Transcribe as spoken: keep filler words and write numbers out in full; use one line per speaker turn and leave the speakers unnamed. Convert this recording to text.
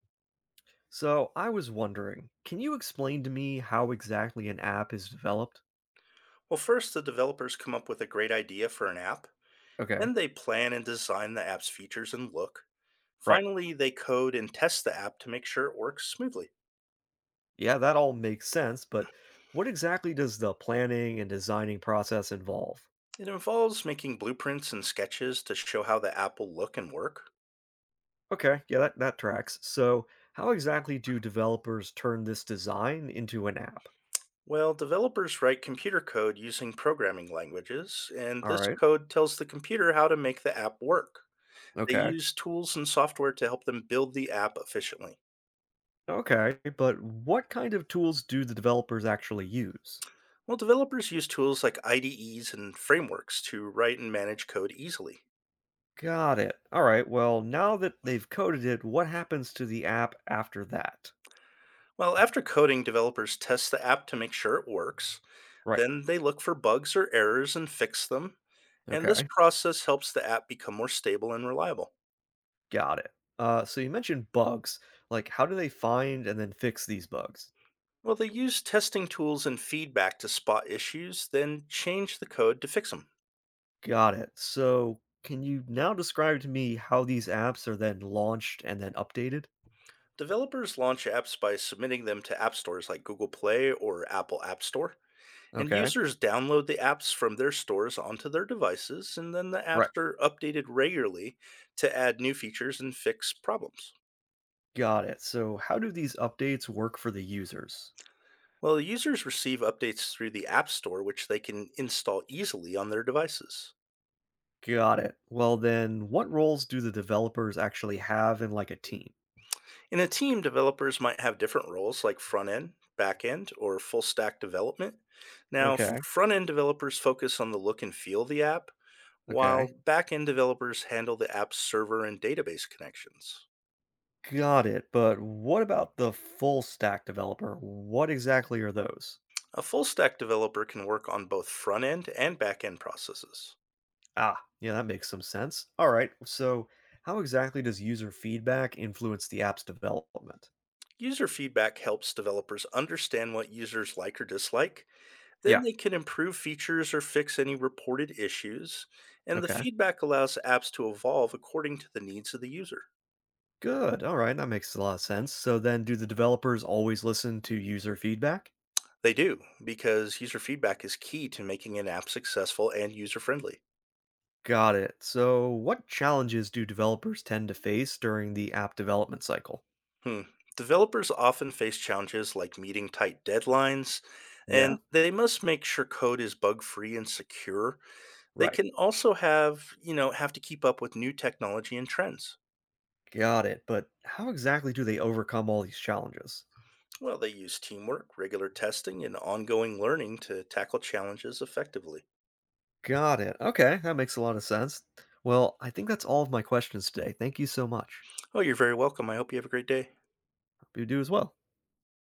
So I was wondering, can you explain to me how exactly an app is developed?
Well, first, the developers come up with a great idea for an app,
Okay,
then they plan and design the app's features and look.
right.
Finally, they code and test the app to make sure it works smoothly.
Yeah, that all makes sense, but what exactly does the planning and designing process involve?
It involves making blueprints and sketches to show how the app will look and work.
Okay, yeah, that, that tracks. So how exactly do developers turn this design into an app?
Well, developers write computer code using programming languages, and
All
this
right.
code tells the computer how to make the app work. They
Okay.
use tools and software to help them build the app efficiently.
Okay, but what kind of tools do the developers actually use?
Well, developers use tools like I D Es and frameworks to write and manage code easily.
Got it. All right. Well, now that they've coded it, what happens to the app after that?
Well, after coding, developers test the app to make sure it works.
Right.
Then they look for bugs or errors and fix them. And this
Okay.
process helps the app become more stable and reliable.
Got it. Uh, so you mentioned bugs. Like, how do they find and then fix these bugs?
Well, they use testing tools and feedback to spot issues, then change the code to fix them.
Got it. So, can you now describe to me how these apps are then launched and then updated?
Developers launch apps by submitting them to app stores like Google Play or Apple App Store. And
Okay,
users download the apps from their stores onto their devices, and then the
right.
apps are updated regularly to add new features and fix problems.
Got it. So, how do these updates work for the users?
Well, users receive updates through the App Store, which they can install easily on their devices.
Got it. Well, then, what roles do the developers actually have in like a team?
In a team, developers might have different roles like front end, back end, or full stack development. Now,
Okay,
front end developers focus on the look and feel of the app,
okay.
while back end developers handle the app's server and database connections.
Got it. But what about the full stack developer? What exactly are those?
A full stack developer can work on both front end and back end processes.
Ah, yeah, that makes some sense. All right. So, how exactly does user feedback influence the app's development?
User feedback helps developers understand what users like or dislike
Yeah.
Then they can improve features or fix any reported issues, and the
Okay.
feedback allows apps to evolve according to the needs of the user.
Good. All right. That makes a lot of sense. So, then do the developers always listen to user feedback?
They do, because user feedback is key to making an app successful and user friendly.
Got it. So, what challenges do developers tend to face during the app development cycle?
Hmm. Developers often face challenges like meeting tight deadlines,
Yeah.
and they must make sure code is bug free and secure. They
Right.
can also have, you know, have to keep up with new technology and trends.
Got it. But how exactly do they overcome all these challenges?
Well, they use teamwork, regular testing, and ongoing learning to tackle challenges effectively.
Got it. Okay. That makes a lot of sense. Well, I think that's all of my questions today. Thank you so much.
Oh, you're very welcome. I hope you have a great day.
Hope you do as well.